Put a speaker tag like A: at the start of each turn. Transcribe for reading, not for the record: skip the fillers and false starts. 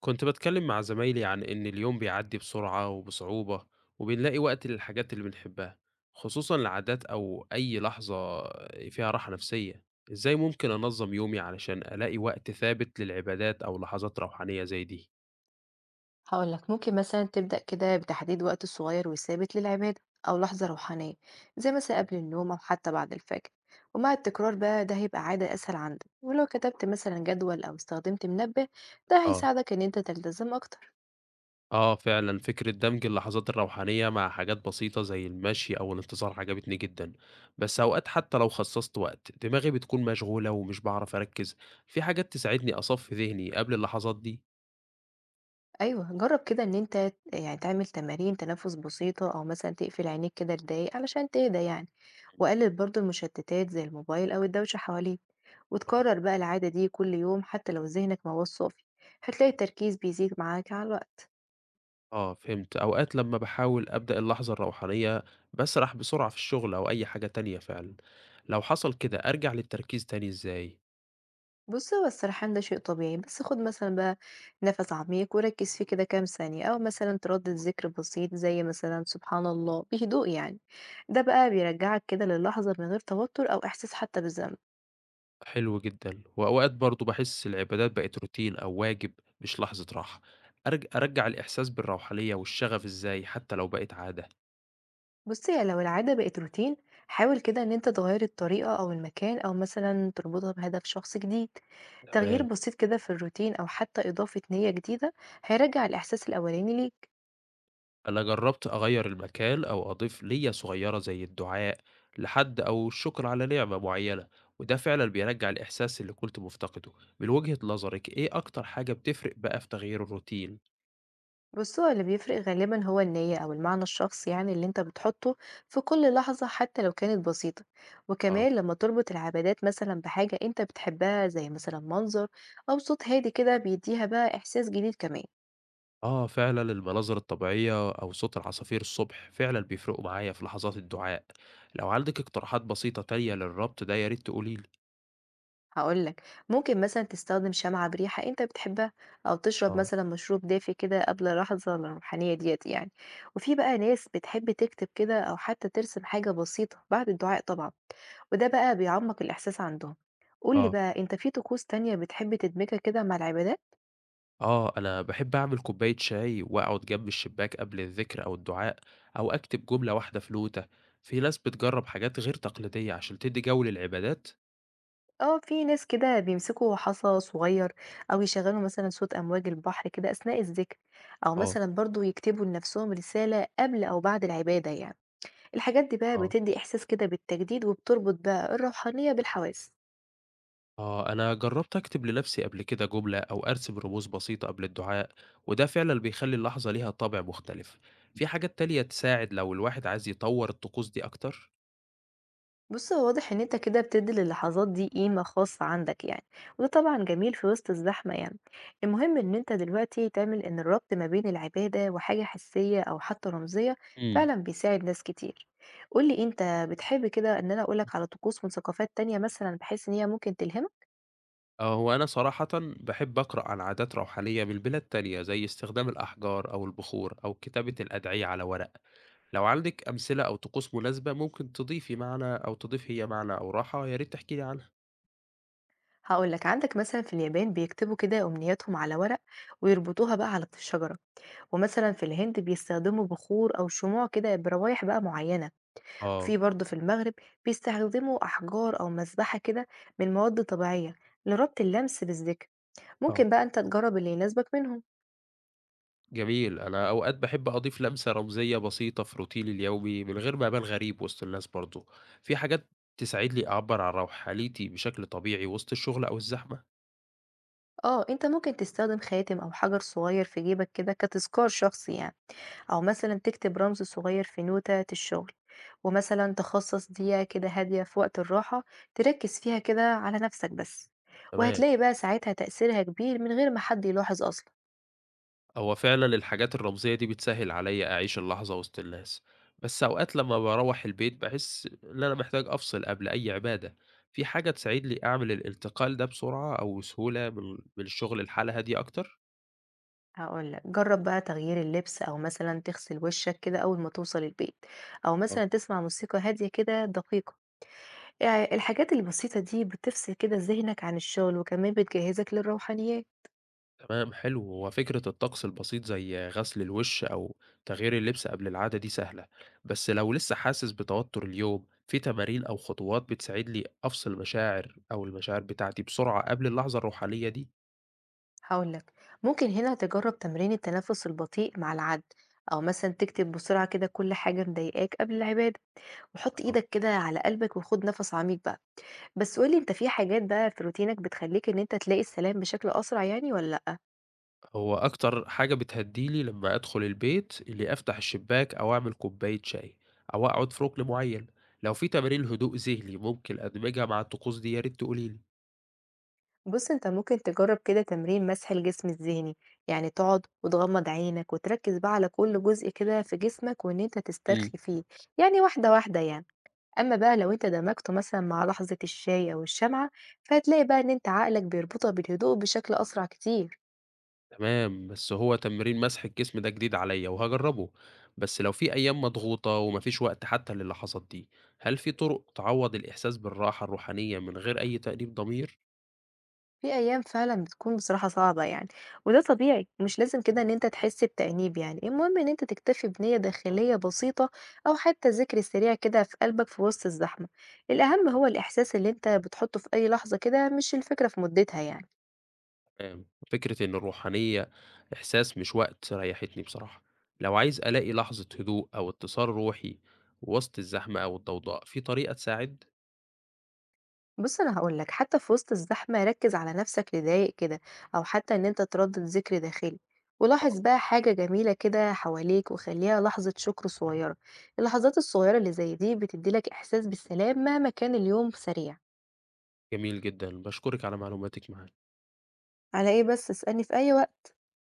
A: كنت بتكلم مع زمايلي عن إن اليوم بيعدي بسرعة وبصعوبة وبنلاقي وقت للحاجات اللي بنحبها خصوصا العادات أو أي لحظة فيها راحة نفسية. إزاي ممكن أنظم يومي علشان ألاقي وقت ثابت للعبادات أو لحظات روحانية زي دي؟
B: هاقول لك ممكن مثلًا تبدأ كده بتحديد وقت صغير وثابت للعبادة أو لحظة روحانية، زي مثلًا
A: مم.
B: قبل النوم أو حتى بعد الفجر، ومع التكرار بقى ده هيبقى عادة أسهل عندك، ولو كتبت مثلًا جدول أو استخدمت منبه ده
A: آه،
B: هيساعدك إن أنت تلتزم أكتر.
A: آه فعلا فكرة دمج اللحظات الروحانية مع حاجات بسيطة زي المشي أو الانتظار عجبتني جدا، بس أوقات حتى لو خصصت وقت دماغي بتكون مشغولة ومش بعرف أركز. في حاجات تساعدني أصفي ذهني قبل اللحظات دي؟
B: أيوه، جرّب كده إن أنت يعني تعمل تمارين تنفُّس بسيطة أو مثلًا تقفل عينيك كده لدقايق علشان تهدى يعني، وقلِّل برضه المشتتات زي الموبايل أو الدوشة حواليك،
A: آه.
B: وتكرّر بقى العادة دي كل يوم حتى لو ذهنك ما هواش صافي، هتلاقي التركيز بيزيد معاك على الوقت.
A: آه فهمت، أوقات لمّا باحاول أبدأ اللحظة الروحانية باسرح بسرعة في الشغل أو أي حاجة تانية فعلًا، لو حصل كده أرجع للتركيز تاني إزاي؟
B: بُص، هو السرحان ده شيء طبيعي، بس خُد مثلًا بقى نَفَس عميق وركِّز فيه كده كام ثانية، أو مثلًا تردِّد ذِكر بسيط زي مثلًا سبحان الله بهدوء يعني، ده بقى بيرجّعك كده للحظة من غير توتر أو إحساس حتى بالذنب.
A: حلو جدًا، وأوقات برضه باحس العبادات بقت روتين أو واجب مش لحظة راحة، أرجّع الإحساس بالروحانية والشغف إزاي حتى لو بقت عادة؟
B: بُصّي، هي لو العادة بقت روتين، حاول كده إن أنت تغيّر الطريقة أو المكان أو مثلًا تربطها بهدف شخص جديد. تغيير
A: تمام.
B: بسيط كده في الروتين أو حتى إضافة نية جديدة هيرجّع الإحساس الأولاني ليك.
A: أنا جربت أغير المكان أو أضيف لية صغيرة زي الدعاء لحد أو الشكر على نعمة معينة وده فعلا بيرجع الإحساس اللي كنت مفتقده. من وجهة نظرك إيه أكتر حاجة بتفرق بقى في تغيير الروتين؟
B: بُص، هو اللي بيفرق غالبًا هو النية أو المعنى الشخصي يعني اللي أنت بتحطه في كل لحظة حتى لو كانت بسيطة.
A: اه.
B: وكمان لما تربط العبادات مثلًا بحاجة أنت بتحبها زي مثلًا منظر أو صوت هادي كده بيديها بقى إحساس جديد كمان.
A: آه فعلا المناظر الطبيعية أو صوت العصافير الصبح فعلا بيفرقوا معايا في لحظات الدعاء. لو عندك اقتراحات بسيطة تانية للربط ده يا ريت تقوليلي.
B: هاقول لك، ممكن مثلًا تستخدم شمعة بريحة أنت بتحبها، أو تشرب
A: اه.
B: مثلًا مشروب دافي كده قبل لحظة الروحانية ديّة يعني، وفي بقى ناس بتحب تكتب كده أو حتى ترسم حاجة بسيطة بعد الدعاء طبعًا، وده بقى بيعمّق الإحساس عندهم. قُل لي
A: اه،
B: بقى أنت في طقوس تانية بتحب تدمجها كده مع العبادات؟
A: آه، أنا باحب أعمل كوباية شاي وأقعد جنب الشباك قبل الذكر أو الدعاء، أو أكتب جملة واحدة في نوتة. في ناس بتجرب حاجات غير تقليدية عشان تدّي جو للعبادات.
B: آه، في ناس كده بيمسكوا حصى صغير، أو يشغّلوا مثلًا صوت أمواج البحر كده أثناء الذكر، أو
A: آه،
B: مثلًا برضه يكتبوا لنفسهم رسالة قبل أو بعد العبادة يعني. الحاجات دي بقى
A: آه،
B: بتدي إحساس كده بالتجديد وبتربط بقى الروحانية بالحواس.
A: آه، أنا جربت أكتب لنفسي قبل كده جملة أو أرسم رموز بسيطة قبل الدعاء، وده فعلًا بيخلّي اللحظة ليها طابع مختلف. في حاجات تانية تساعد لو الواحد عايز يطوّر الطقوس دي أكتر؟
B: بص، هو واضح إن أنت كده بتدي للحظات دي قيمة خاصة عندك يعني، وده طبعا جميل في وسط الزحمة يعني. المهم إن أنت دلوقتي تعمل إن الربط ما بين العبادة وحاجة حسية أو حتى رمزية
A: إمم.
B: فعلا بيساعد ناس كتير. قولي أنت بتحب كده إن أنا أقولك على طقوس من ثقافات تانية مثلا بحيث إن هي ممكن تلهمك؟
A: آه، هو أنا صراحةً باحب أقرأ عن عادات روحانية من بلاد تانية، زي استخدام الأحجار أو البخور أو كتابة الأدعية على ورق. لو عندِك أمثلة أو طقوس مناسبة ممكن تضيف هي معنى أو راحة، يا ريت تحكي لي عنها.
B: هقولك عندك مثلا في اليابان بيكتبوا كده أمنياتهم على ورق ويربطوها بقى على الشجرة، ومثلا في الهند بيستخدموا بخور أو شموع كده بروايح بقى معينة،
A: آه.
B: وفي برضه في المغرب بيستخدموا أحجار أو مذبحة كده من مواد طبيعية لربط اللمس بالذكر.
A: آه،
B: ممكن بقى أنت تجرب اللي يناسبك منهم.
A: جميل. أنا أوقات باحب أضيف لمسة رمزية بسيطة في روتيني اليومي من غير ما أبان غريب وسط الناس برضه. في حاجات تساعدني أعبّر عن روحانيتي بشكل طبيعي وسط الشغل أو الزحمة؟
B: اه، انت ممكن تستخدم خاتم او حجر صغير في جيبك كده كتذكار شخصي يعني، او مثلا تكتب رمز صغير في نوتة الشغل، ومثلا تخصص دقيقة كده هادية في وقت الراحة تركز فيها كده على نفسك بس،
A: تمام.
B: وهتلاقي بقى ساعتها تأثيرها كبير من غير ما حد يلاحظ أصلا.
A: هو فعلًا الحاجات الرمزية دي بتسهّل عليّا أعيش اللحظة وسط الناس، بس أوقات لمّا باروّح البيت باحس إن أنا محتاج أفصل قبل أي عبادة، في حاجة تساعدني أعمل الانتقال ده بسرعة أو سهولة من الشغل لحالة هادية أكتر؟
B: هاقول لك، جرّب بقى تغيير اللبس أو مثلًا تغسل وشّك كده أول ما توصل البيت، أو
A: آه.
B: مثلًا تسمع موسيقى هادية كده دقيقة، الحاجات البسيطة دي بتفصل كده ذهنك عن الشغل وكمان بتجهّزك للروحانيات.
A: تمام حلو، هو فكرة الطقس البسيط زي غسل الوش أو تغيير اللبس قبل العادة دي سهلة، بس لو لسه حاسس بتوتر اليوم، في تمارين أو خطوات بتساعدني أفصل مشاعر أو المشاعر بتاعتي بسرعة قبل اللحظة الروحانية دي؟
B: هاقول لك، ممكن هنا تجرّب تمرين التنفس البطيء مع العد، أو مثلًا تكتب بسرعة كده كل حاجة مضايقاك قبل العبادة، وحُط إيدك كده على قلبك وخُد نَفَس عميق بقى، بس قُل لي أنت في حاجات بقى في روتينك بتخلّيك إن أنت تلاقي السلام بشكل أسرع يعني والّا لأ؟
A: هو أكتر حاجة بتهديني لما أدخل البيت إني أفتح الشباك أو أعمل كوباية شاي أو أقعد في ركن معين، لو في تمارين هدوء ذهني ممكن أدمجها مع الطقوس دي يا ريت تقوليلي.
B: بص، انت ممكن تجرب كده تمرين مسح الجسم الذهني، يعني تقعد وتغمض عينك وتركز بقى على كل جزء كده في جسمك وان انت
A: مم.
B: تسترخي فيه، يعني واحدة واحدة يعني. اما بقى لو انت دمجته مثلا مع لحظة الشاي او الشمعة فهتلاقي بقى ان انت عقلك بيربطها بالهدوء بشكل اسرع كتير.
A: تمام بس هو تمرين مسح الجسم ده جديد عليا وهجربه، بس لو في أيام مضغوطة ومفيش وقت حتى للحظات دي، هل في طرق تعوض الإحساس بالراحة الروحانية من غير أي تأنيب ضمير؟
B: في أيام فعلًا بتكون بصراحة صعبة يعني، وده طبيعي، مش لازم كده إن أنت تحس بتأنيب يعني، المهم إن أنت تكتفي بنية داخلية بسيطة أو حتى ذكر سريع كده في قلبك في وسط الزحمة، الأهم هو الإحساس اللي أنت بتحطه في أي لحظة كده مش الفكرة في مدتها يعني.
A: تمام. فكرة إن الروحانية إحساس مش وقت ريحتني بصراحة، لو عايز ألاقي لحظة هدوء أو اتصال روحي وسط الزحمة أو الضوضاء، في طريقة تساعد؟
B: بُص، أنا هاقول لك، حتى في وسط الزحمة ركّز على نفسك لدقايق كده، أو حتى إن أنت تردد ذكر داخلي،
A: آه.
B: ولاحظ بقى حاجة جميلة كده حواليك وخلّيها لحظة شكر صغيرة، اللحظات الصغيرة اللي زي دي بتدّي لك إحساس بالسلام مهما كان اليوم سريع.
A: جميل جدًا، باشكرِك على معلوماتِك معانا.
B: على إيه بس، اسألني في أي وقت.